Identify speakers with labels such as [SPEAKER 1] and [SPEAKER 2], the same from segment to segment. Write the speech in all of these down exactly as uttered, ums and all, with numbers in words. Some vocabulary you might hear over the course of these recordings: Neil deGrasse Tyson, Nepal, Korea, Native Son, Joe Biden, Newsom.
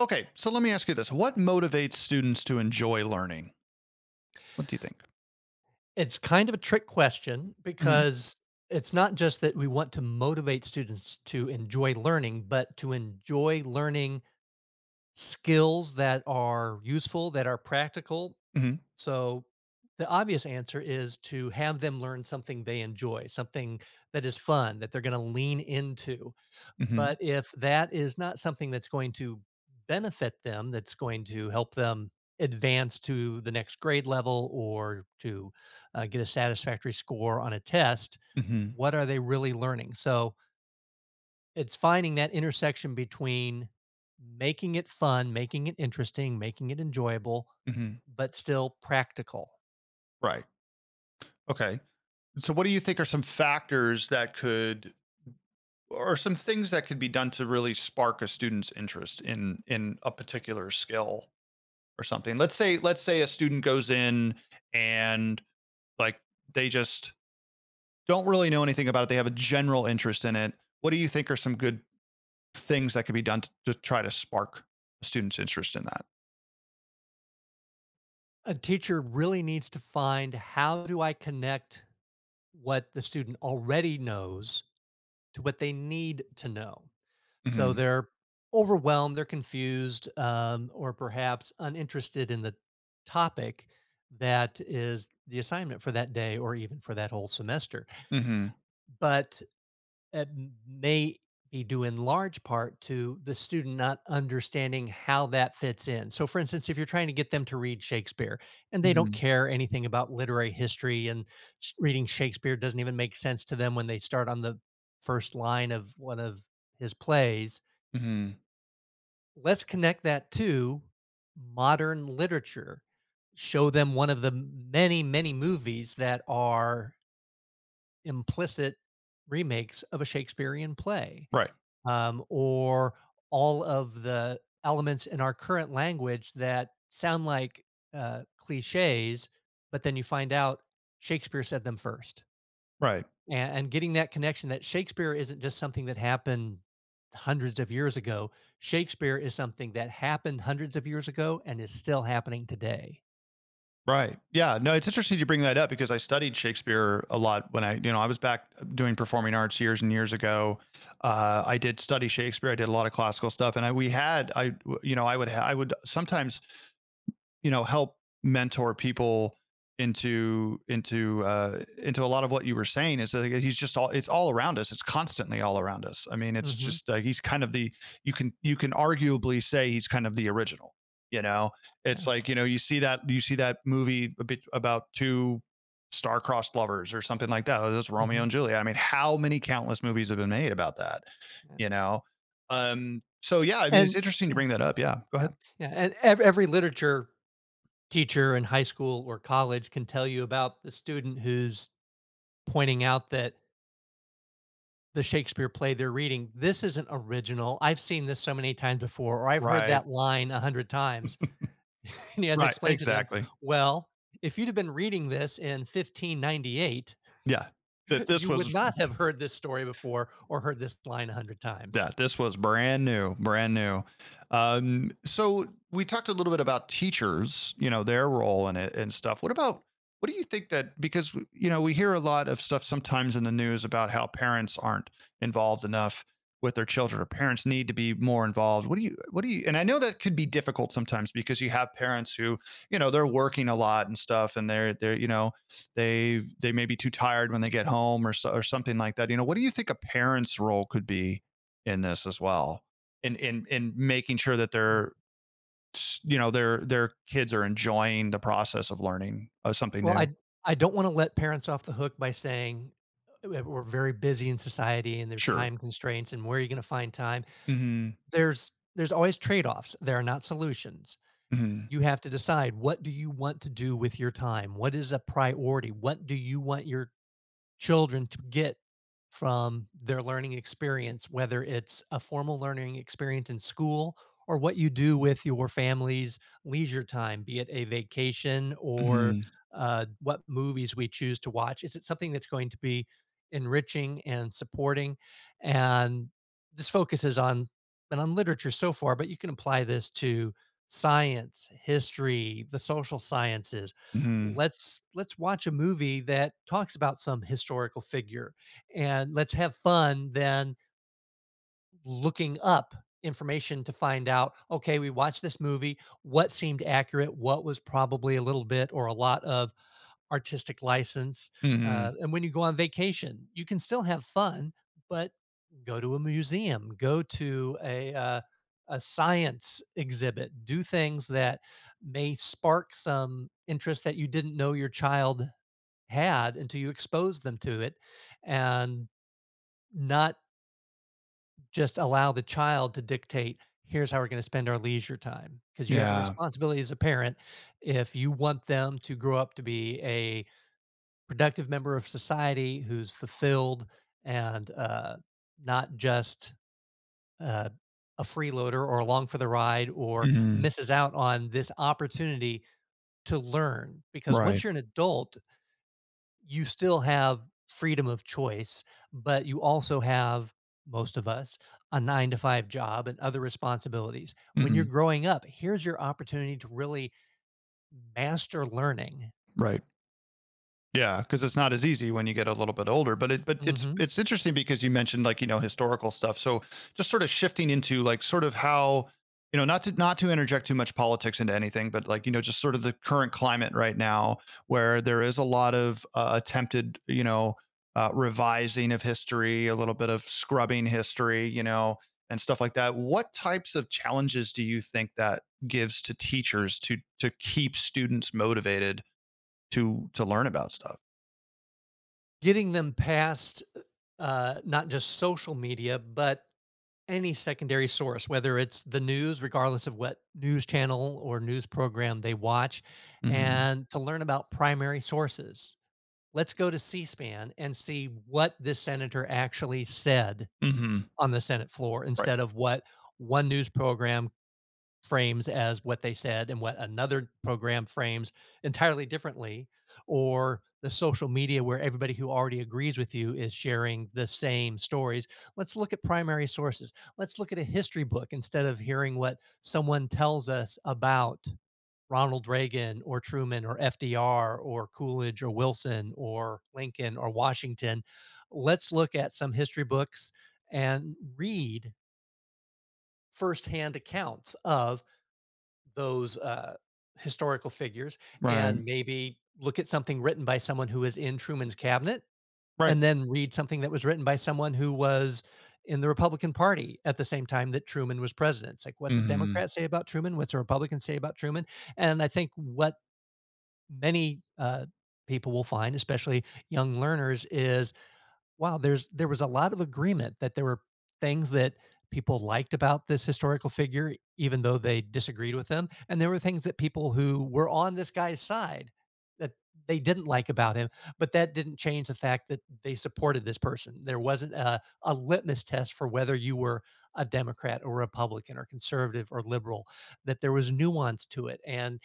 [SPEAKER 1] Okay, so let me ask you this: What motivates students to enjoy learning? What do you think?
[SPEAKER 2] It's kind of a trick question
[SPEAKER 1] Mhm,
[SPEAKER 2] because it's not just that we want to motivate students to enjoy learning, but to enjoy learning skills that are useful, that are practical,
[SPEAKER 1] mhm,
[SPEAKER 2] so the obvious answer is to have them learn something they enjoy, something that is fun, that they're going to lean into.
[SPEAKER 1] mhm,
[SPEAKER 2] But if that is not something that's going to benefit them, that's going to help them advance to the next grade level or to uh, get a satisfactory score on a test,
[SPEAKER 1] mhm,
[SPEAKER 2] what are they really learning? So it's finding that intersection between making it fun, making it interesting, making it enjoyable,
[SPEAKER 1] mhm.
[SPEAKER 2] but still practical.
[SPEAKER 1] Right. Okay. So, what do you think are some factors that could, or some things that could be done to really spark a student's interest in in a particular skill or something? Let's say, let's say a student goes in and, like, they just don't really know anything about it. They have a general interest in it. What do you think are some good things that could be done to, to try to spark a student's interest in that?
[SPEAKER 2] A teacher really needs to find how do I connect what the student already knows to what they need to know. So
[SPEAKER 1] Mhm.
[SPEAKER 2] they're overwhelmed, they're confused, um, or perhaps uninterested in the topic that is the assignment for that day or even for that whole semester.
[SPEAKER 1] Mhm.
[SPEAKER 2] But it m may be due in large part to the student not understanding how that fits in. So, for instance, if you're trying to get them to read Shakespeare and they don't
[SPEAKER 1] Mhm.
[SPEAKER 2] care anything about literary history and sh reading Shakespeare doesn't even make sense to them when they start on the first line of one of his plays,
[SPEAKER 1] Mhm.
[SPEAKER 2] let's connect that to modern literature. Show them one of the many, many movies that are implicit remakes of a Shakespearean play
[SPEAKER 1] Right.
[SPEAKER 2] um, or all of the elements in our current language that sound like uh, cliches, but then you find out Shakespeare said them first.
[SPEAKER 1] Right.
[SPEAKER 2] And, and getting that connection that Shakespeare isn't just something that happened hundreds of years ago, Shakespeare is something that happened hundreds of years ago and is still happening today.
[SPEAKER 1] Right. Yeah. No, it's interesting you bring that up because I studied Shakespeare a lot when I, you know, I was back, uh, doing performing arts years and years ago. Uh, I did study Shakespeare. I did a lot of classical stuff, and I we had I, w- you know, I would ha- I would sometimes, you know, help mentor people into into uh into a lot of what you were saying. Is that like, he's just all it's all around us, it's constantly all around us. I mean, it's
[SPEAKER 2] Hmm.
[SPEAKER 1] just, uh, he's kind of the you can, you can arguably say, he's kind of the original, you know. It's
[SPEAKER 2] Yeah.
[SPEAKER 1] like, you know, you see that you see that movie, a bit about two star-crossed lovers or something like that. It's Romeo
[SPEAKER 2] Hmm.
[SPEAKER 1] and Juliet. I mean, how many countless movies have been made about that
[SPEAKER 2] Yeah.
[SPEAKER 1] you know um so, yeah, I mean, it's
[SPEAKER 2] And
[SPEAKER 1] interesting to
[SPEAKER 2] yeah,
[SPEAKER 1] bring that up. Yeah, go
[SPEAKER 2] yeah,
[SPEAKER 1] ahead.
[SPEAKER 2] yeah. And ev- every literature teacher in high school or college can tell you about the student who's pointing out that the Shakespeare play they're reading, this isn't original. I've seen this so many times before, or I've heard
[SPEAKER 1] Right.
[SPEAKER 2] that line a hundred times. And you have to
[SPEAKER 1] Right,
[SPEAKER 2] explain to them,
[SPEAKER 1] exactly.
[SPEAKER 2] well, if you'd have been reading this in fifteen ninety-eight,
[SPEAKER 1] Yeah. That this
[SPEAKER 2] you would
[SPEAKER 1] was—
[SPEAKER 2] not have heard this story before or heard this line a hundred times.
[SPEAKER 1] Yeah, this was brand new, brand new. Um, so we talked a little bit about teachers, you know, their role in it and stuff. What about what do you think, that because, you know, we hear a lot of stuff sometimes in the news about how parents aren't involved enough with their children, or parents need to be more involved? What do you what do you And I know that could be difficult sometimes, because you have parents who, you know, they're working a lot and stuff, and they're they're you know, they— they may be too tired when they get home or so, or something like that, you know. What do you think a parent's role could be in this as well, and in in in making sure that
[SPEAKER 2] Yeah.
[SPEAKER 1] they're, you know, their their kids are enjoying the process of learning of something
[SPEAKER 2] Well,
[SPEAKER 1] new?
[SPEAKER 2] I I don't want to let parents off the hook by saying uh, we're very busy in society and there's
[SPEAKER 1] Sure.
[SPEAKER 2] time constraints and where are you going to find time?
[SPEAKER 1] Hmm.
[SPEAKER 2] There's there's always trade-offs. There are not solutions.
[SPEAKER 1] Hmm.
[SPEAKER 2] You have to decide what do you want to do with your time? What is a priority? What do you want your children to get from their learning experience, whether it's a formal learning experience in school or what you do with your family's leisure time, be it a vacation or
[SPEAKER 1] Hmm.
[SPEAKER 2] uh, what movies we choose to watch. Is it something that's going to be enriching and supporting? And this focuses on and on literature so far, but you can apply this to science, history, the social sciences.
[SPEAKER 1] Hmm.
[SPEAKER 2] Let's let's watch a movie that talks about some historical figure and let's have fun then looking up information to find out okay we watched this movie what seemed accurate what was probably a little bit or a lot of artistic license. uh,
[SPEAKER 1] Hmm.
[SPEAKER 2] and when you go on vacation you can still have fun but go to a museum, go to a uh, a science exhibit, do things that may spark some interest that you didn't know your child had until you expose them to it and not just allow the child to dictate, here's how we're going to spend our leisure time. Because you have a
[SPEAKER 1] Yeah.
[SPEAKER 2] responsibility as a parent if you want them to grow up to be a productive member of society who's fulfilled and uh, not just uh, a freeloader or along for the ride or
[SPEAKER 1] Hmm.
[SPEAKER 2] misses out on this opportunity to learn. Because
[SPEAKER 1] Right.
[SPEAKER 2] once you're an adult, you still have freedom of choice, but you also have, most of us, a nine to five job and other responsibilities. When you're
[SPEAKER 1] Hmm.
[SPEAKER 2] growing up, here's your opportunity to really master learning.
[SPEAKER 1] Right. Yeah, because it's not as easy when you get a little bit older. But it but it's
[SPEAKER 2] Mhm.
[SPEAKER 1] it's interesting because you mentioned, like, you know, historical stuff. So, just sort of shifting into, like, sort of how, you know, not to not to interject too much politics into anything, but, like, you know, just sort of the current climate right now, where there is a lot of, uh, attempted, you know, uh, revising of history, a little bit of scrubbing history, you know, and stuff like that. What types of challenges do you think that gives to teachers to to keep students motivated to to learn about stuff?
[SPEAKER 2] Getting them past, uh, not just social media, but any secondary source, whether it's the news, regardless of what news channel or news program they watch,
[SPEAKER 1] Mhm.
[SPEAKER 2] and to learn about primary sources. Let's go to C-SPAN and see what this senator actually said
[SPEAKER 1] Mhm.
[SPEAKER 2] on the Senate floor
[SPEAKER 1] Right.
[SPEAKER 2] instead of what one news program frames as what they said and what another program frames entirely differently, or the social media where everybody who already agrees with you is sharing the same stories. Let's look at primary sources. Let's look at a history book instead of hearing what someone tells us about Ronald Reagan or Truman or F D R or Coolidge or Wilson or Lincoln or Washington. Let's look at some history books and read firsthand accounts of those uh, historical figures
[SPEAKER 1] Right.
[SPEAKER 2] and maybe look at something written by someone who is in Truman's cabinet
[SPEAKER 1] Right.
[SPEAKER 2] and then read something that was written by someone who was in the Republican Party at the same time that Truman was president. It's like, what's a
[SPEAKER 1] Mhm.
[SPEAKER 2] Democrat say about Truman? What's a Republican say about Truman? And I think what many uh, people will find, especially young learners, is wow, there's there was a lot of agreement that there were things that people liked about this historical figure, even though they disagreed with him, and there were things that people who were on this guy's side that they didn't like about him, but that didn't change the fact that they supported this person. There wasn't a, a litmus test for whether you were a Democrat or Republican or conservative or liberal. That there was nuance to it, and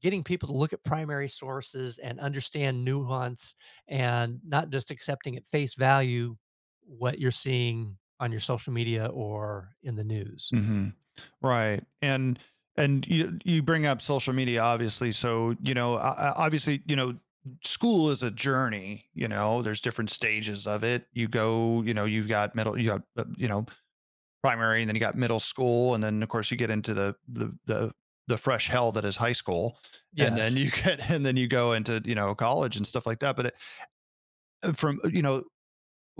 [SPEAKER 2] getting people to look at primary sources and understand nuance and not just accepting at face value what you're seeing on your social media or in the news.
[SPEAKER 1] Mhm. Right. And, and you you bring up social media, obviously. So, you know, o- o- obviously, you know, school is a journey, you know, there's different stages of it. You go, you know, you've got middle, you got, uh, you know, primary, and then you got middle school. And then of course you get into the, the, the, the fresh hell that is high school. And then
[SPEAKER 2] Yes,
[SPEAKER 1] you get, and then you go into, you know, college and stuff like that. But it, from, you know,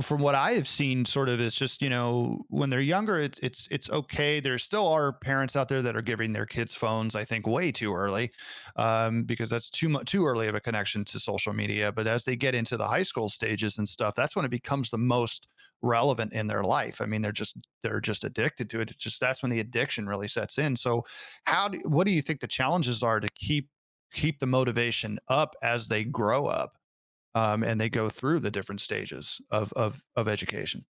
[SPEAKER 1] from what I have seen, sort of, it's just, you know, when they're younger, it's it's it's okay. There still are parents out there that are giving their kids phones, I think, way too early, um, because that's too much, too early of a connection to social media. But as they get into the high school stages and stuff, that's when it becomes the most relevant in their life. I mean, they're just they're just addicted to it. It's just— that's when the addiction really sets in. So, how do, what do you think the challenges are to keep keep the motivation up as they grow up? Um, and they go through the different stages of of of education.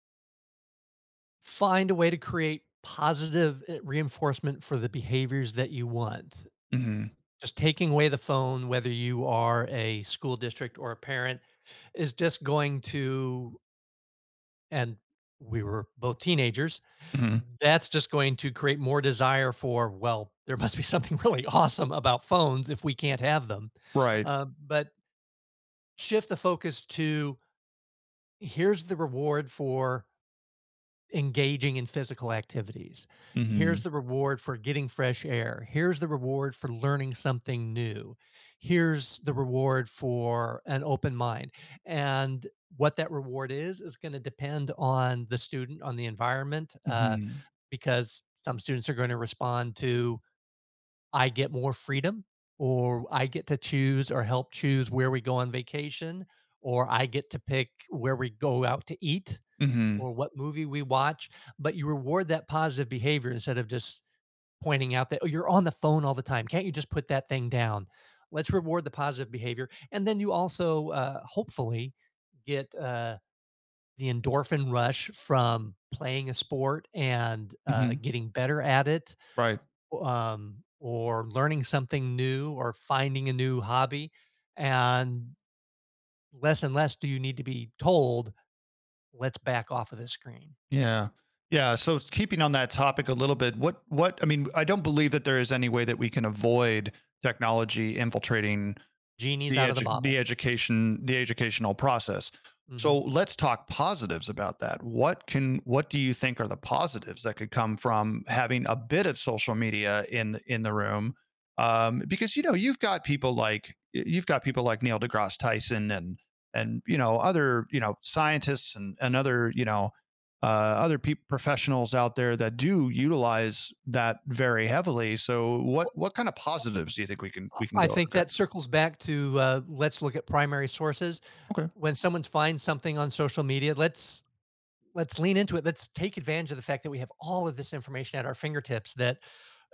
[SPEAKER 2] find a way to create positive eh, reinforcement for the behaviors that you want.
[SPEAKER 1] Mhm,
[SPEAKER 2] Just taking away the phone, whether you are a school district or a parent, is just going to, and we were both teenagers,
[SPEAKER 1] mhm,
[SPEAKER 2] that's just going to create more desire for, well, there must be something really awesome about phones if we can't have them.
[SPEAKER 1] right.
[SPEAKER 2] Uh, but shift the focus to here's the reward for engaging in physical activities.
[SPEAKER 1] Mhm,
[SPEAKER 2] Here's the reward for getting fresh air. Here's the reward for learning something new. Here's the reward for an open mind. And what that reward is, is going to depend on the student, on the environment, uh,
[SPEAKER 1] mhm,
[SPEAKER 2] because some students are going to respond to I get more freedom, or I get to choose or help choose where we go on vacation, or I get to pick where we go out to eat
[SPEAKER 1] mhm,
[SPEAKER 2] or what movie we watch. But you reward that positive behavior instead of just pointing out that, oh, you're on the phone all the time. Can't you just put that thing down? Let's reward the positive behavior. And then you also uh, hopefully get uh, the endorphin rush from playing a sport and uh,
[SPEAKER 1] mhm,
[SPEAKER 2] getting better at it,
[SPEAKER 1] right.
[SPEAKER 2] um, or learning something new or finding a new hobby. And less and less do you need to be told, "Let's back off of the screen."
[SPEAKER 1] Yeah, yeah. So, keeping on that topic a little bit, what what I mean, I don't believe that there is any way that we can avoid technology infiltrating
[SPEAKER 2] Genie's
[SPEAKER 1] the
[SPEAKER 2] out of the
[SPEAKER 1] edu- the
[SPEAKER 2] bottle.
[SPEAKER 1] education the educational process. So,
[SPEAKER 2] Mhm.
[SPEAKER 1] let's talk positives about that. What can what do you think are the positives that could come from having a bit of social media in the- in the room? Um, because, you know, you've got people like you've got people like Neil deGrasse Tyson, and, and you know, other, you know, scientists, and and other, you know, uh, other peop professionals out there that do utilize that very heavily. So, what
[SPEAKER 2] Well,
[SPEAKER 1] what kind of positives do you think we can
[SPEAKER 2] uh,
[SPEAKER 1] we can
[SPEAKER 2] I
[SPEAKER 1] go?
[SPEAKER 2] think
[SPEAKER 1] Okay.
[SPEAKER 2] that circles back to, uh, let's look at primary sources.
[SPEAKER 1] Okay.
[SPEAKER 2] When someone finds something on social media, let's let's lean into it. Let's take advantage of the fact that we have all of this information at our fingertips that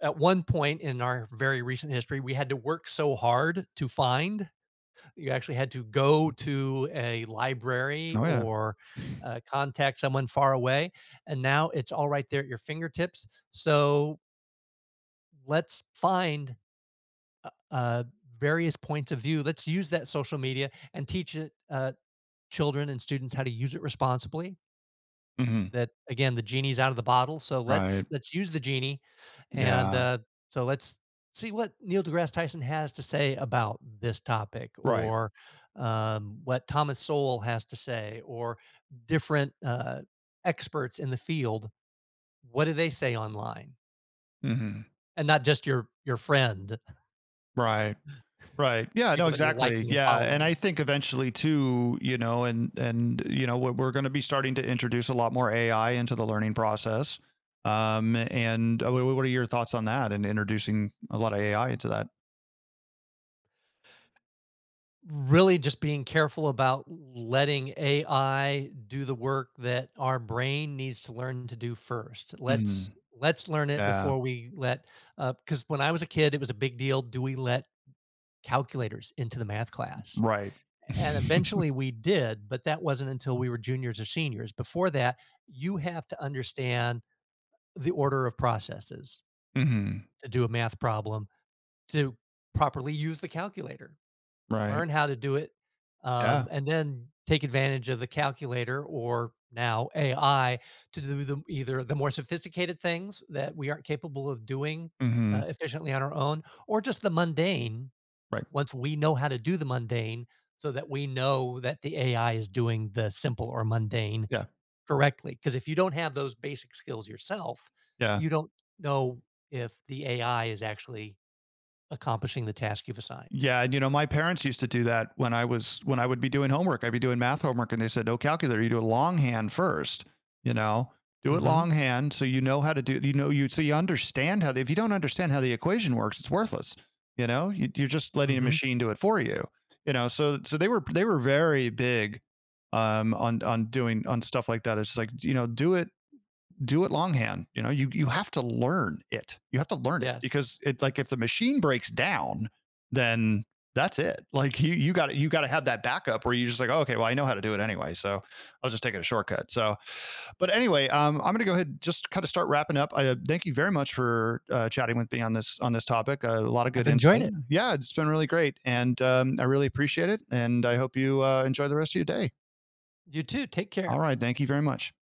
[SPEAKER 2] at one point in our very recent history, we had to work so hard to find. You actually had to go to a library
[SPEAKER 1] Oh, yeah.
[SPEAKER 2] or, uh, contact someone far away, and now it's all right there at your fingertips. So, let's find, uh uh, various points of view. Let's use that social media and teach it, uh, children and students how to use it responsibly,
[SPEAKER 1] Mhm.
[SPEAKER 2] that again, the genie's out of the bottle, so
[SPEAKER 1] Right.
[SPEAKER 2] let's let's use the genie, and,
[SPEAKER 1] Yeah.
[SPEAKER 2] uh, so let's see what Neil deGrasse Tyson has to say about this topic
[SPEAKER 1] Right.
[SPEAKER 2] or, um, what Thomas Sowell has to say or different, uh, experts in the field. What do they say online?
[SPEAKER 1] Mhm.
[SPEAKER 2] And not just your your friend,
[SPEAKER 1] Right. Right. Yeah, no,
[SPEAKER 2] people that you're
[SPEAKER 1] exactly.
[SPEAKER 2] liking and
[SPEAKER 1] Yeah, and I
[SPEAKER 2] following.
[SPEAKER 1] think eventually too, you know, and and you know, we're we're gonna be starting to introduce a lot more A I into the learning process. Um, and, uh, wh- what are your thoughts on that, and introducing a lot of A I into that?
[SPEAKER 2] Really just being careful about letting A I do the work that our brain needs to learn to do first. Let's
[SPEAKER 1] Mhm.
[SPEAKER 2] let's learn it
[SPEAKER 1] Yeah.
[SPEAKER 2] before we let, uh, because when I was a kid, it was a big deal, do we let calculators into the math class?
[SPEAKER 1] Right.
[SPEAKER 2] And eventually we did, but that wasn't until we were juniors or seniors. Before that, you have to understand the order of processes
[SPEAKER 1] Mhm.
[SPEAKER 2] to do a math problem, to properly use the calculator,
[SPEAKER 1] Right.
[SPEAKER 2] learn how to do it, um,
[SPEAKER 1] Yeah.
[SPEAKER 2] and then take advantage of the calculator or now A I to do the, either the more sophisticated things that we aren't capable of doing uh,
[SPEAKER 1] Mhm.
[SPEAKER 2] efficiently on our own, or just the mundane
[SPEAKER 1] Right.
[SPEAKER 2] once we know how to do the mundane so that we know that the A I is doing the simple or mundane
[SPEAKER 1] Yeah.
[SPEAKER 2] correctly. Because if you don't have those basic skills yourself,
[SPEAKER 1] Yeah.
[SPEAKER 2] you don't know if the A I is actually accomplishing the task you've assigned.
[SPEAKER 1] Yeah, and, you know, my parents used to do that when I was when I would be doing homework. I'd be doing math homework, and they said, "No calculator, you do it longhand first, you know. Do it
[SPEAKER 2] Hmm.
[SPEAKER 1] longhand so you know how to do you know you so you understand how the, if you don't understand how the equation works, it's worthless. You know, you, you're just letting a
[SPEAKER 2] Hmm.
[SPEAKER 1] machine do it for you. You know, so, so they were, they were very big, um on on doing, on stuff like that. It's like, you know, do it do it longhand. You know, you you have to learn it. You have to learn it
[SPEAKER 2] Yes.
[SPEAKER 1] because it's like, if the machine breaks down, then that's it. Like, you you got you got to have that backup, where you just like, oh, okay, well, I know how to do it anyway, so I'll just take it a shortcut. So, but anyway, um, I'm gonna go ahead and just kind of start wrapping up. I, uh, thank you very much for, uh, chatting with me on this on this topic. Uh, a lot of good
[SPEAKER 2] I've enjoyed
[SPEAKER 1] insight.
[SPEAKER 2] it.
[SPEAKER 1] Yeah, it's been really great, and, um, I really appreciate it. And I hope you, uh, enjoy the rest of your day.
[SPEAKER 2] You too. Take
[SPEAKER 1] All
[SPEAKER 2] care.
[SPEAKER 1] right, thank you very much.